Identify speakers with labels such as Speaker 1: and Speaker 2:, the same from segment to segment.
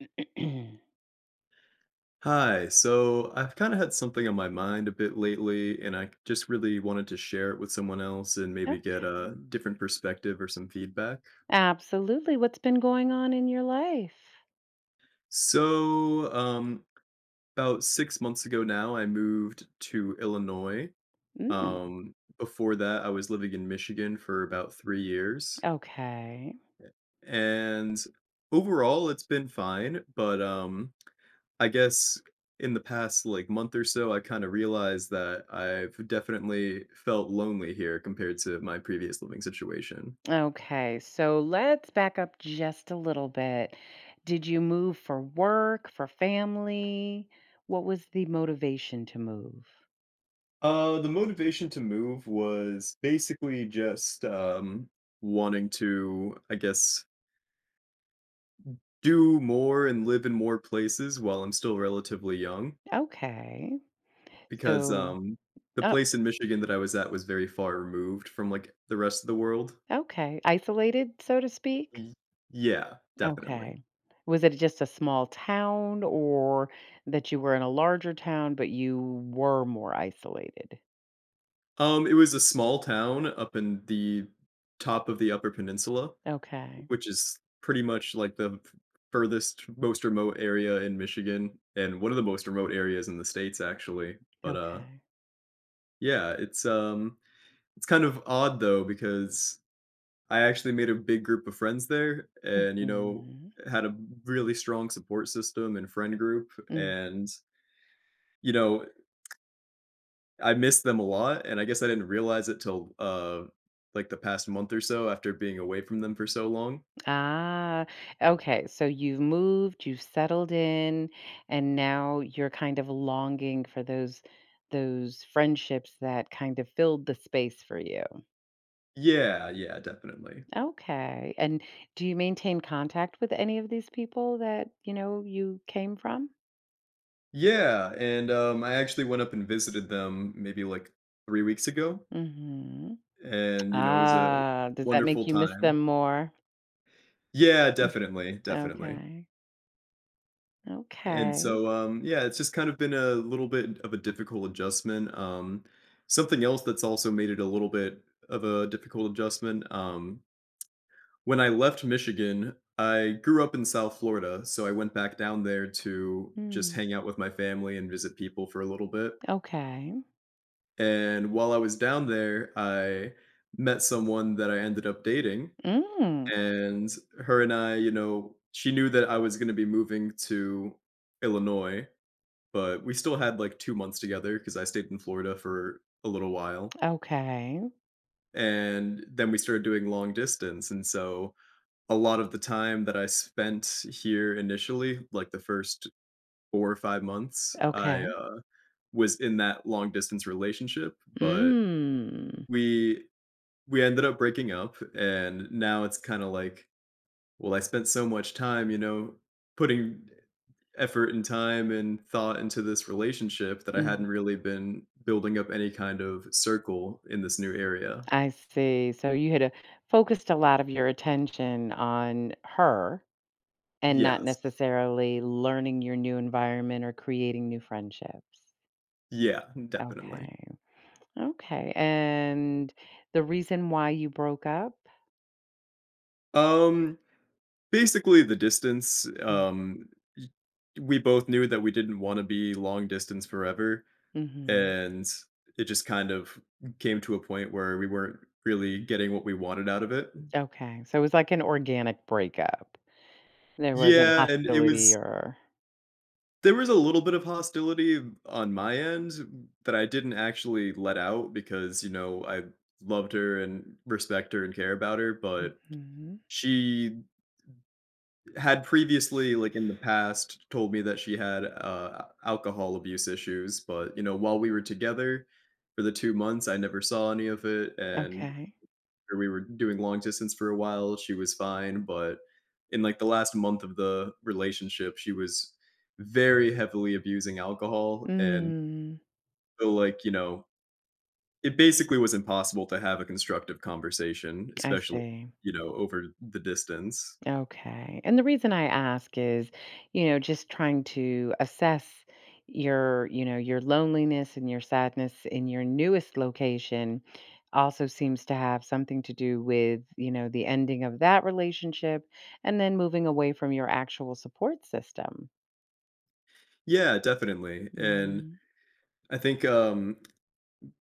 Speaker 1: Hi, so I've kind of had something on my mind a bit lately, and I just really wanted to share it with someone else and maybe get a
Speaker 2: Okay.
Speaker 1: different perspective or some feedback.
Speaker 2: Absolutely. What's been going on in your life?
Speaker 1: So, um, about 6 months ago now, I moved to Illinois.
Speaker 2: Mm,
Speaker 1: Before that, I was living in Michigan for about 3 years,
Speaker 2: okay.
Speaker 1: and overall, it's been fine, but I guess in the past like month or so, I kind of realized that I've definitely felt lonely here compared to my previous living situation.
Speaker 2: Okay. So let's back up just a little bit. Did you move for work, for family? What was the motivation to move?
Speaker 1: The motivation to move was basically just wanting to, I guess, do more and live in more places while I'm still relatively young,
Speaker 2: Okay.
Speaker 1: because
Speaker 2: So,
Speaker 1: the
Speaker 2: oh,
Speaker 1: place in Michigan that I was at was very far removed from like the rest of the world.
Speaker 2: okay. Isolated, so to speak?
Speaker 1: Y- Yeah, definitely.
Speaker 2: Okay. Was it just a small town, or that you were in a larger town, but you were more isolated?
Speaker 1: It was a small town up in the top of the Upper Peninsula,
Speaker 2: Okay.
Speaker 1: which is pretty much like the furthest, most remote area in Michigan, and one of the most remote areas in the states, actually. But
Speaker 2: Okay.
Speaker 1: Yeah, it's kind of odd though because I actually made a big group of friends there, and you know
Speaker 2: Mhm.
Speaker 1: had a really strong support system and friend group,
Speaker 2: Mm.
Speaker 1: and you know I miss them a lot, and I guess I didn't realize it till like, the past month or so after being away from them for so long.
Speaker 2: Ah, okay. So you've moved, you've settled in, and now you're kind of longing for those friendships that kind of filled the space for you.
Speaker 1: Yeah, yeah, definitely.
Speaker 2: Okay. And do you maintain contact with any of these people that, you came from?
Speaker 1: Yeah, and I actually went up and visited them maybe, like, 3 weeks ago,
Speaker 2: Mhm.
Speaker 1: and, you know, it was a
Speaker 2: Ah, does that make
Speaker 1: wonderful
Speaker 2: you miss
Speaker 1: time.
Speaker 2: them more?
Speaker 1: Yeah,
Speaker 2: Mm,
Speaker 1: definitely, definitely.
Speaker 2: okay.
Speaker 1: And
Speaker 2: Okay.
Speaker 1: so, yeah, it's just kind of been a little bit of a difficult adjustment, something else that's also made it a little bit of a difficult adjustment, when I left Michigan, I grew up in South Florida, so I went back down there to just
Speaker 2: Mm.
Speaker 1: hang out with my family and visit people for a little bit.
Speaker 2: Okay.
Speaker 1: And while I was down there, I met someone that I ended up dating,
Speaker 2: Mm.
Speaker 1: and her and I, you know, she knew that I was going to be moving to Illinois, but we still had like 2 months together because I stayed in Florida for a little while.
Speaker 2: Okay.
Speaker 1: And then we started doing long distance, and so a lot of the time that I spent here initially, like the first 4 or 5 months, I,
Speaker 2: Okay.
Speaker 1: uh, was in that long distance relationship, but
Speaker 2: Mm.
Speaker 1: we we ended up breaking up, and now it's kinda like, well, I spent so much time, you know, putting effort and time and thought into this relationship that I hadn't
Speaker 2: Mm.
Speaker 1: really been building up any kind of circle in this new area.
Speaker 2: I see. So you had focused a lot of your attention on her and not
Speaker 1: Yes.
Speaker 2: necessarily learning your new environment or creating new friendships.
Speaker 1: Yeah, definitely.
Speaker 2: Okay. Okay. And the reason why you broke up?
Speaker 1: Um Basically the distance y- we both knew that we didn't want to be long distance forever,
Speaker 2: Mm-hmm.
Speaker 1: and it just kind of came to a point where we weren't really getting what we wanted out of it.
Speaker 2: Okay. So it was like an organic breakup. There wasn't
Speaker 1: Yeah, and it
Speaker 2: hostility
Speaker 1: was,
Speaker 2: or.
Speaker 1: there was a little bit of hostility on my end that I didn't actually let out because, you know, I loved her and respect her and care about her, but
Speaker 2: Mhm.
Speaker 1: she had previously like in the past told me that she had alcohol abuse issues, but you know while we were together for the 2 months I never saw any of it, and
Speaker 2: Okay.
Speaker 1: after we were doing long distance for a while she was fine, but in like the last month of the relationship she was very heavily abusing alcohol, and
Speaker 2: Mm,
Speaker 1: so like you know it basically was impossible to have a constructive conversation,
Speaker 2: I
Speaker 1: especially
Speaker 2: see.
Speaker 1: you know over the distance.
Speaker 2: Okay. And the reason I ask is, you know, just trying to assess your loneliness and your sadness in your newest location also seems to have something to do with, the ending of that relationship and then moving away from your actual support system.
Speaker 1: Yeah, definitely. And
Speaker 2: Mm.
Speaker 1: I think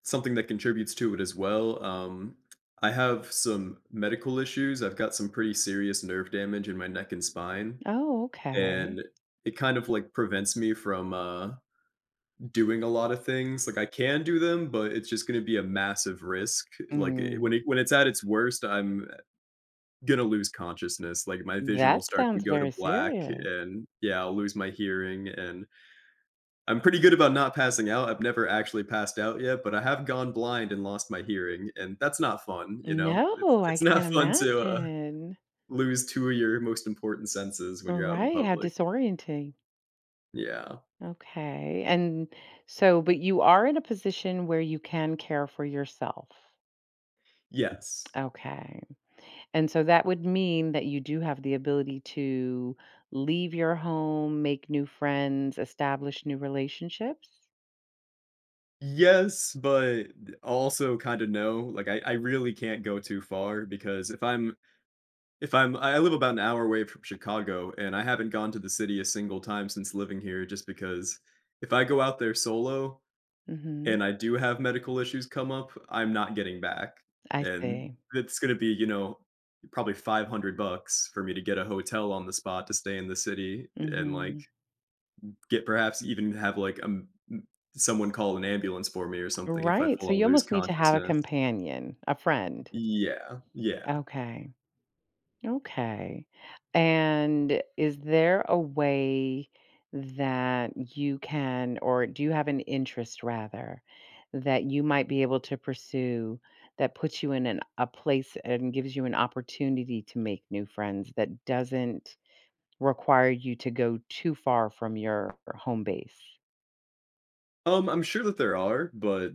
Speaker 1: something that contributes to it as well. I have some medical issues. I've got some pretty serious nerve damage in my neck and spine,
Speaker 2: Oh,
Speaker 1: and
Speaker 2: okay.
Speaker 1: it kind of like prevents me from doing a lot of things. Like I can do them, but it's just going to be a massive risk. When
Speaker 2: Mm.
Speaker 1: it's at its worst, I'm gonna lose consciousness. Like my vision will
Speaker 2: That
Speaker 1: start to
Speaker 2: sounds
Speaker 1: go to
Speaker 2: very
Speaker 1: black,
Speaker 2: serious.
Speaker 1: and yeah, I'll lose my hearing, and I'm pretty good about not passing out. I've never actually passed out yet, but I have gone blind and lost my hearing, and that's not fun, you know? It's
Speaker 2: No, I
Speaker 1: it's not
Speaker 2: can't
Speaker 1: fun to,
Speaker 2: imagine.
Speaker 1: lose 2 of your most important senses when you're out in
Speaker 2: Right. How
Speaker 1: public.
Speaker 2: disorienting.
Speaker 1: Yeah.
Speaker 2: Okay. And so, but you are in a position where you can care for yourself.
Speaker 1: Yes.
Speaker 2: Okay. And so that would mean that you do have the ability to leave your home, make new friends, establish new relationships.
Speaker 1: Yes, but also kinda no. Like, I really can't go too far because if I'm I live about an hour away from Chicago, and I haven't gone to the city a single time since living here just because if I go out there solo,
Speaker 2: Hmm.
Speaker 1: and I do have medical issues come up, I'm not getting back.
Speaker 2: I
Speaker 1: And
Speaker 2: see.
Speaker 1: it's gonna be, you know, probably 500 bucks for me to get a hotel on the spot to stay in the city and, like,
Speaker 2: Hmm.
Speaker 1: get, perhaps even have, like, someone call an ambulance for me or something if I
Speaker 2: Right.
Speaker 1: full
Speaker 2: So
Speaker 1: on
Speaker 2: you
Speaker 1: lose
Speaker 2: almost need to have a
Speaker 1: consciousness.
Speaker 2: companion, a friend.
Speaker 1: Yeah, yeah.
Speaker 2: Okay. Okay. And is there a way that you can, or do you have an interest rather, that you might be able to pursue that puts you in a place and gives you an opportunity to make new friends that doesn't require you to go too far from your home base?
Speaker 1: I'm sure that there are, but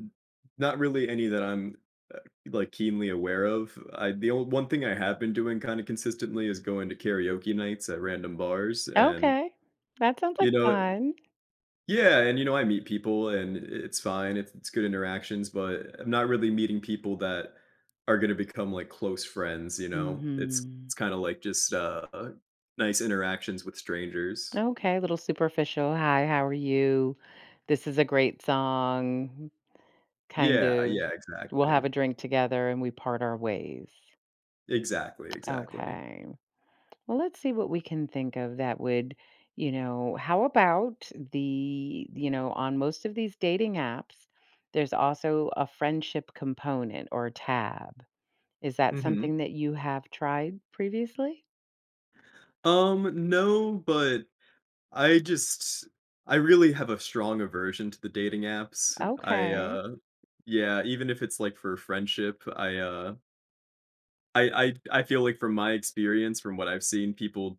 Speaker 1: not really any that I'm, uh, like, keenly aware of. I The only, one thing I have been doing kinda consistently is going to karaoke nights at random bars, and
Speaker 2: Okay. That sounds
Speaker 1: you
Speaker 2: like
Speaker 1: know,
Speaker 2: fun.
Speaker 1: yeah, and, you know, I meet people, and it's fine, it's good interactions, but I'm not really meeting people that are gonna become, like, close friends, you know? It's
Speaker 2: Hmm.
Speaker 1: kinda like just, nice interactions with strangers.
Speaker 2: Okay, a little superficial. Hi, how are you? This is a great song. Kind
Speaker 1: Yeah,
Speaker 2: of
Speaker 1: yeah,
Speaker 2: we'll
Speaker 1: exactly.
Speaker 2: have a drink together and we part our ways.
Speaker 1: Exactly, exactly.
Speaker 2: Okay. Well, let's see what we can think of that would, you know, how about on most of these dating apps, there's also a friendship component or tab. Is that
Speaker 1: Mhm.
Speaker 2: something that you have tried previously?
Speaker 1: No, but I just I really have a strong aversion to the dating apps.
Speaker 2: Okay.
Speaker 1: Yeah, even if it's, like, for friendship, I feel like from my experience, from what I've seen, people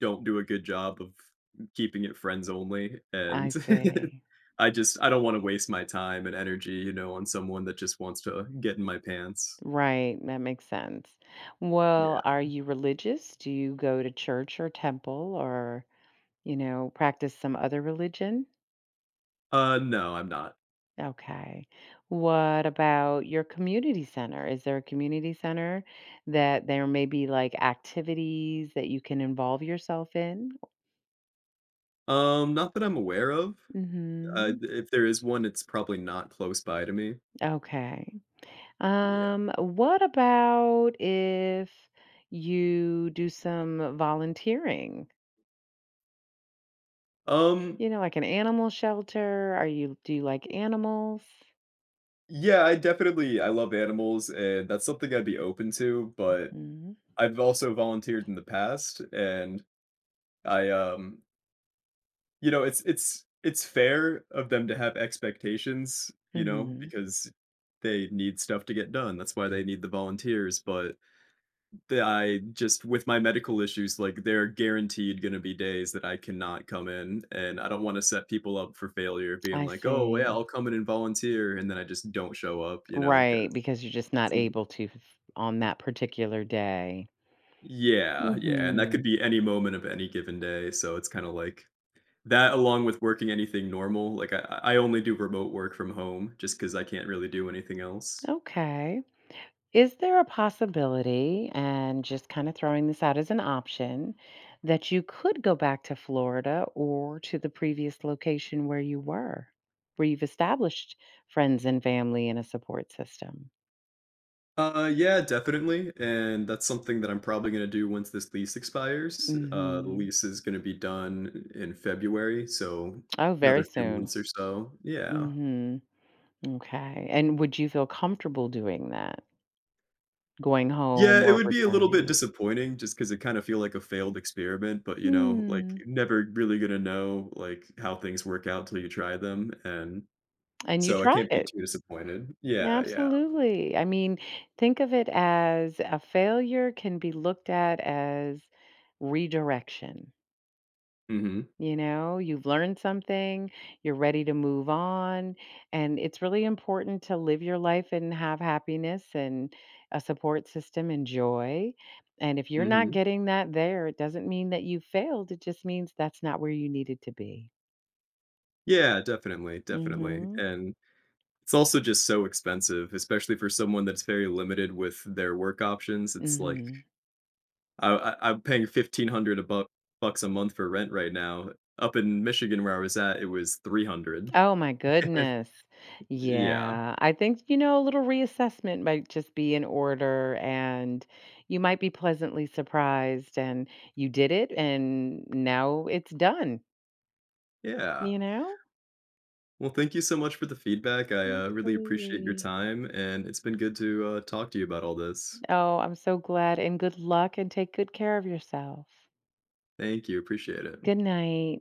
Speaker 1: don't do a good job of keeping it friends only, and
Speaker 2: I see.
Speaker 1: I don't wanna waste my time and energy, you know, on someone that just wants to get in my pants.
Speaker 2: Right. That makes sense.
Speaker 1: Yeah.
Speaker 2: Well, are you religious? Do you go to church or temple or you know, practice some other religion?
Speaker 1: No, I'm not.
Speaker 2: Okay. What about your community center? Is there a community center that there may be like activities that you can involve yourself in?
Speaker 1: Not that I'm aware of.
Speaker 2: Mhm.
Speaker 1: If there is one, it's probably not close by to me.
Speaker 2: Okay.
Speaker 1: Yeah.
Speaker 2: What about if you do some volunteering?
Speaker 1: Um,
Speaker 2: Like an animal shelter? Are you Do you like animals?
Speaker 1: yeah, I definitely I love animals, and that's something I'd be open to, but
Speaker 2: Mhm.
Speaker 1: I've also volunteered in the past, and I, um you know, it's fair of them to have expectations, you know,
Speaker 2: Mhm.
Speaker 1: because they need stuff to get done. That's why they need the volunteers, but the I just with my medical issues, like, there are guaranteed gonna be days that I cannot come in, and I don't wanna set people up for failure being
Speaker 2: I
Speaker 1: like, "Oh, yeah,
Speaker 2: see.
Speaker 1: I'll come in and volunteer," and then I just don't show up, you know,
Speaker 2: Right,
Speaker 1: 'cause
Speaker 2: because you're just not
Speaker 1: it's mm,
Speaker 2: able to on that particular day.
Speaker 1: yeah, yeah, and that could
Speaker 2: Mhm.
Speaker 1: be any moment of any given day, so it's kinda like, that along with working anything normal, like I only do remote work from home just because I can't really do anything else.
Speaker 2: Okay. Is there a possibility, and just kind of throwing this out as an option, that you could go back to Florida or to the previous location where you were, where you've established friends and family and a support system?
Speaker 1: Yeah, definitely, and that's something that I'm probably gonna do once this lease expires. The
Speaker 2: Mhm.
Speaker 1: lease is gonna be done in February, so
Speaker 2: Oh,
Speaker 1: another
Speaker 2: very
Speaker 1: few
Speaker 2: soon.
Speaker 1: months or so. Yeah.
Speaker 2: Mhm. Okay. And would you feel comfortable doing that? Going
Speaker 1: Yeah,
Speaker 2: home
Speaker 1: it
Speaker 2: or
Speaker 1: would be a little bit
Speaker 2: returning?
Speaker 1: disappointing just because it kinda feel like a failed experiment, but, you know, like,
Speaker 2: Hmm.
Speaker 1: never really gonna know, like, how things work out till you try them, and
Speaker 2: And you
Speaker 1: so I
Speaker 2: try
Speaker 1: can't be
Speaker 2: it.
Speaker 1: too disappointed.
Speaker 2: Yeah,
Speaker 1: Yeah, yeah.
Speaker 2: absolutely. I mean, think of it as a failure can be looked at as redirection.
Speaker 1: Mhm.
Speaker 2: You've learned something, you're ready to move on. And it's really important to live your life and have happiness and a support system and joy. And if you're not
Speaker 1: Mhm.
Speaker 2: getting that there, it doesn't mean that you failed. It just means that's not where you needed to be.
Speaker 1: Yeah, definitely,
Speaker 2: Mm
Speaker 1: definitely,
Speaker 2: hmm.
Speaker 1: and it's also just so expensive, especially for someone that's very limited with their work options, it's
Speaker 2: Mm
Speaker 1: like,
Speaker 2: hmm.
Speaker 1: I'm paying 1,500 a buck bucks a month for rent right now. Up in Michigan where I was at, it was 300.
Speaker 2: Oh my goodness.
Speaker 1: Yeah,
Speaker 2: Yeah. I think, you know, a little reassessment might just be in order and you might be pleasantly surprised and you did it and now it's done,
Speaker 1: yeah.
Speaker 2: you know?
Speaker 1: Well, thank you so much for the feedback, really appreciate your
Speaker 2: Absolutely.
Speaker 1: time, and it's been good to, talk to you about all this.
Speaker 2: Oh, I'm so glad and good luck and take good care of yourself.
Speaker 1: Thank you, appreciate it.
Speaker 2: Good night.